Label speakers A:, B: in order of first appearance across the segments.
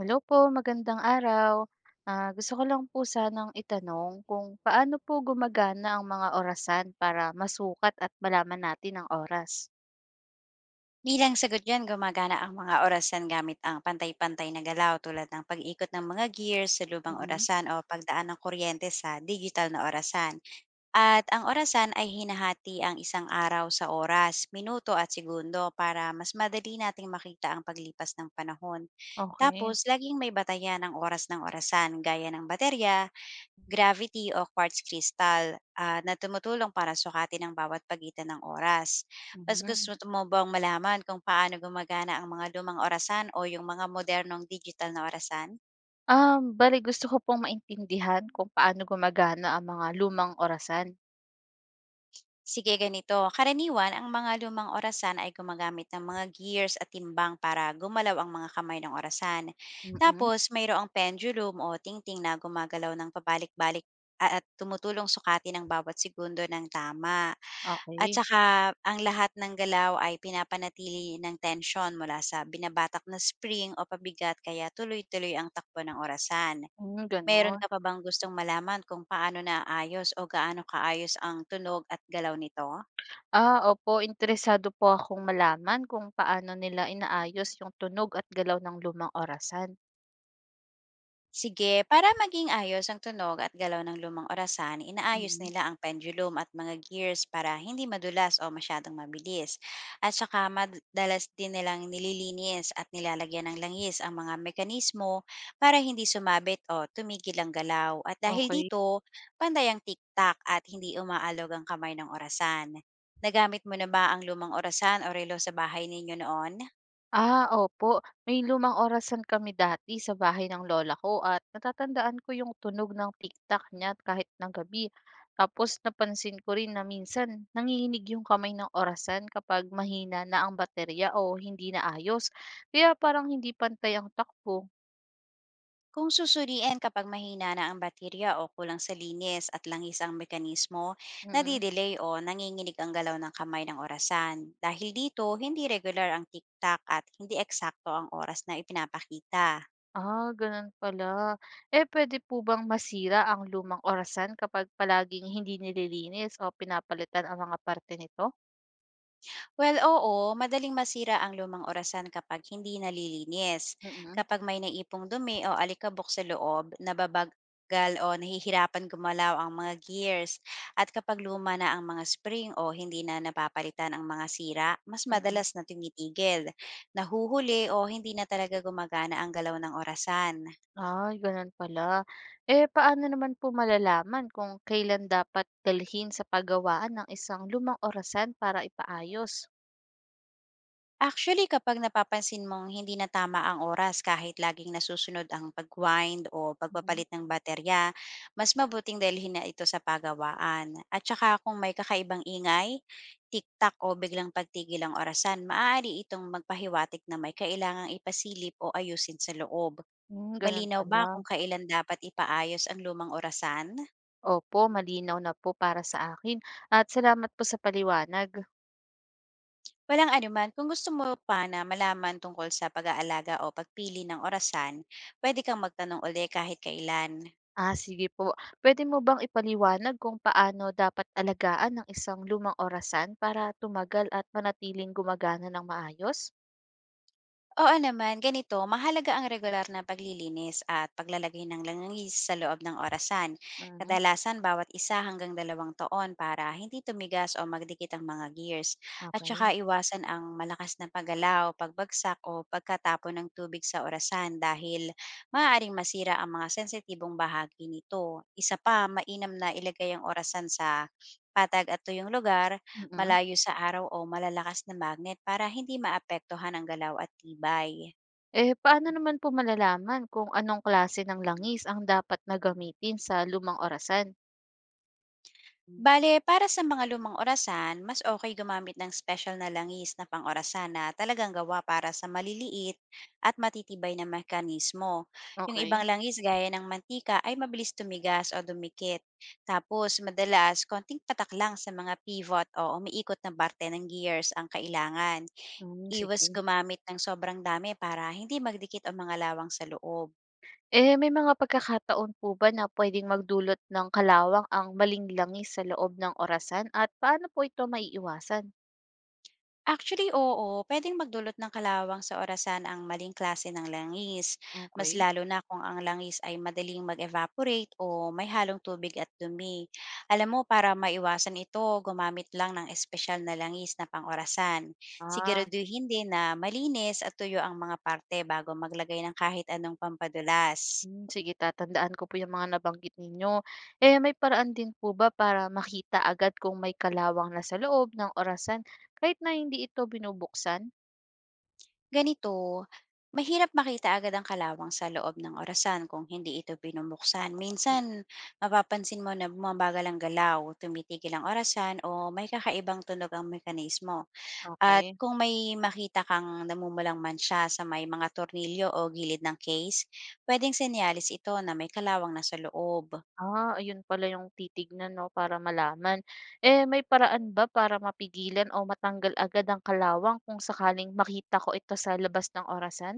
A: Hello po, magandang araw. Ah, gusto ko lang po sanang itanong kung paano po gumagana ang mga orasan para masukat at malaman natin ang oras?
B: Bilang sagot diyan, gumagana ang mga orasan gamit ang pantay-pantay na galaw tulad ng pag-ikot ng mga gears sa lubang
A: Mm.
B: orasan o pagdaan ng kuryente sa digital na orasan. At ang orasan ay hinahati ang isang araw sa oras, minuto at segundo para mas madali nating makita ang paglipas ng panahon.
A: Okey.
B: Tapos, laging may batayan ang oras ng orasan gaya ng baterya, gravity o quartz crystal, na tumutulong para sukatin ang bawat pagitan ng oras. Mas
A: Mhm.
B: gusto mo bang malaman kung paano gumagana ang mga lumang orasan o yung mga modernong digital na orasan?
A: Bale gusto ko pong maintindihan kung paano gumagana ang mga lumang orasan.
B: Sige, ganito. Karaniwan, ang mga lumang orasan ay gumagamit ng mga gears at timbang para gumalaw ang mga kamay ng orasan.
A: Mhm. Okay. Mm.
B: Tapos, mayroong pendulum o tingting na gumagalaw ng pabalik-balik at tumutulong sukati ng bawat segundo ng tama. At saka, ang lahat ng galaw ay pinapanatili ng tension mula sa binabatak na spring o pabigat kaya tuloy-tuloy ang takbo ng orasan.
A: Okey. Hmm,
B: Meron
A: gano'n.
B: ka pa bang gustong malaman kung paano naayos o gaano kaayos ang tunog at galaw nito?
A: Ah, opo, interesado po akong malaman kung paano nila inaayos yung tunog at galaw ng lumang orasan.
B: Sige, para maging ayos ang tunog at galaw ng lumang orasan, inaayos
A: Mm.
B: nila ang pendulum at mga gears para hindi madulas o masyadong mabilis. At saka madalas din nilang nililinis at nilalagyan ng langis ang mga mekanismo para hindi sumabit o tumigil ang galaw. At dahil
A: Okey.
B: dito, panday ang tiktak at hindi umaalog ang kamay ng orasan. Nagamit mo na ba ang lumang orasan o relo sa bahay ninyo noon?
A: Ah, opo. May lumang orasan kami dati sa bahay ng lola ko at natatandaan ko yung tunog ng tiktak niya kahit ng gabi. Tapos napansin ko rin na minsan nanginginig yung kamay ng orasan kapag mahina na ang baterya o hindi na ayos. Kaya parang hindi pantay ang takbo.
B: Kung susuriin kapag mahina na ang baterya o kulang sa linis at langis ang mekanismo,
A: Mm.
B: nadidelay o nanginginig ang galaw ng kamay ng orasan. Dahil dito, hindi regular ang tiktak at hindi eksakto ang oras na ipinapakita.
A: Ah, ganun pala. Eh, pwede po bang masira ang lumang orasan kapag palaging hindi nililinis o pinapalitan ang mga parte nito?
B: Well, oo, madaling masira ang lumang orasan kapag hindi nalilinis.
A: Mm.
B: Kapag may naipong dumi o alikabok sa loob, nababagal o nahihirapan gumalaw ang mga gears. At kapag luma na ang mga spring o hindi na napapalitan ang mga sira, mas
A: Mm.
B: madalas na tumitigil, nahuhuli o hindi na talaga gumagana ang galaw ng orasan.
A: Ay, gano'n pala. Eh, paano naman po malalaman kung kailan dapat dalhin sa pagawaan ng isang lumang orasan para ipaayos?
B: Actually, kapag napapansin mong hindi na tama ang oras kahit laging nasusunod ang pag-wind o
A: Mhm.
B: pagpapalit ng baterya, mas mabuting dalhin na ito sa pagawaan. At saka kung may kakaibang ingay, tiktak o biglang pagtigil ang orasan, maaari itong magpahiwatig na may kailangang ipasilip o ayusin sa loob.
A: Mm. Hmm, gano'n
B: Malinaw ba
A: pala.
B: kung kailan dapat ipaayos ang lumang orasan?
A: Opo, malinaw na po para sa akin at salamat po sa paliwanag.
B: Walang anuman, kung gusto mo pa na malaman tungkol sa pag-aalaga o pagpili ng orasan, pwede kang magtanong uli kahit kailan.
A: Ah, sige po. Pwede mo bang ipaliwanag kung paano dapat alagaan ng isang lumang orasan para tumagal at manatiling gumagana ng maayos?
B: Oo naman, ganito, mahalaga ang regular na paglilinis at paglalagay ng langis sa loob ng orasan.
A: Mhm.
B: Kadalasan bawat isa hanggang dalawang taon para hindi tumigas o magdikit ang mga gears. At
A: Okey.
B: saka iwasan ang malakas na paggalaw, pagbagsak o pagkatapon ng tubig sa orasan dahil maaaring masira ang mga sensitibong bahagi nito. Isa pa, mainam na ilagay ang orasan sa patag at tuyong lugar
A: Mm.
B: malayo sa araw o malalakas na magnet para hindi maapektuhan ang galaw at tibay.
A: Eh, paano naman po malalaman kung anong klase ng langis ang dapat na gamitin sa lumang orasan?
B: Bale, para sa mga lumang orasan, mas okay gumamit ng special na langis na pang-orasan na talagang gawa para sa maliliit at matitibay na mekanismo. Yung ibang
A: Okay.
B: langis gaya ng mantika ay mabilis tumigas o dumikit. Tapos, madalas, konting patak lang sa mga pivot o umiikot na parte ng gears ang kailangan.
A: Hmm,
B: Iwas
A: sige.
B: gumamit ng sobrang dami para hindi magdikit ang mga lawang sa loob.
A: Eh, may mga pagkakataon po ba na puwedeng magdulot ng kalawang ang maling langis sa loob ng orasan at paano po ito maiiwasan?
B: Actually, oo. Pwedeng magdulot ng kalawang sa orasan ang maling klase ng langis, mas
A: Okay.
B: lalo na kung ang langis ay madaling mag-evaporate o may halong tubig at dumi. Alam mo, para maiwasan ito, gumamit lang ng espesyal na langis na pang-orasan.
A: Ah.
B: Siguraduhin din na malinis at tuyo ang mga parte bago maglagay ng kahit anong pampadulas.
A: Hmm, sige, tatandaan ko po yung mga nabanggit ninyo. Eh, may paraan din po ba para makita agad kung may kalawang na sa loob ng orasan kahit na hindi ito binubuksan?
B: Ganito, mahirap makita agad ang kalawang sa loob ng orasan kung hindi ito binubuksan.
A: Mm.
B: Minsan, mapapansin mo na bumabagal ang galaw, tumitigil ang orasan o may kakaibang tunog ang mekanismo. At
A: Okay.
B: kung may makita kang namumulang mancha sa may mga tornilyo o gilid ng case, pwedeng senyalis ito na may kalawang na sa loob.
A: Ah, ayun pala yung titignan 'no, para malaman. Eh, may paraan ba para mapigilan o matanggal agad ang kalawang kung sakaling makita ko ito sa labas ng orasan?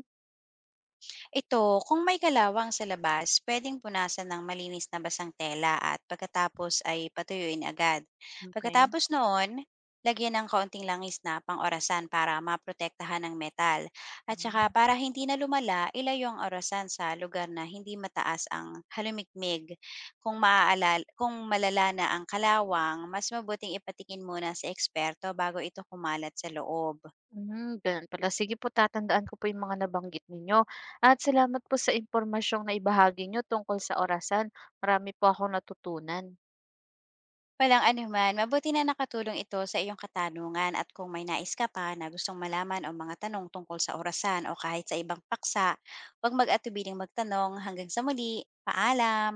B: Ito, kung may kalawang sa labas, pwedeng punasan ng malinis na basang tela at pagkatapos ay patuyuin agad.
A: Okay.
B: Pagkatapos noon, lagyan ng kaunting langis na pang-orasan para maprotektahan ng metal. At saka
A: Hmm.
B: para hindi na lumala, ilayo ang orasan sa lugar na hindi mataas ang halumikmig. Kung malala na ang kalawang, mas mabuting ipatikin muna sa eksperto bago ito kumalat sa loob.
A: Hmm, gano'n pala. Sige po, tatandaan ko po yung mga nabanggit ninyo at salamat po sa impormasyong naibahagi niyo tungkol sa orasan. Marami po akong natutunan.
B: Walang anuman, mabuti na nakatulong ito sa iyong katanungan at kung may nais ka pa na gustong malaman o mga tanong tungkol sa orasan o kahit sa ibang paksa, huwag mag-atubiling magtanong hanggang sa muli. Paalam!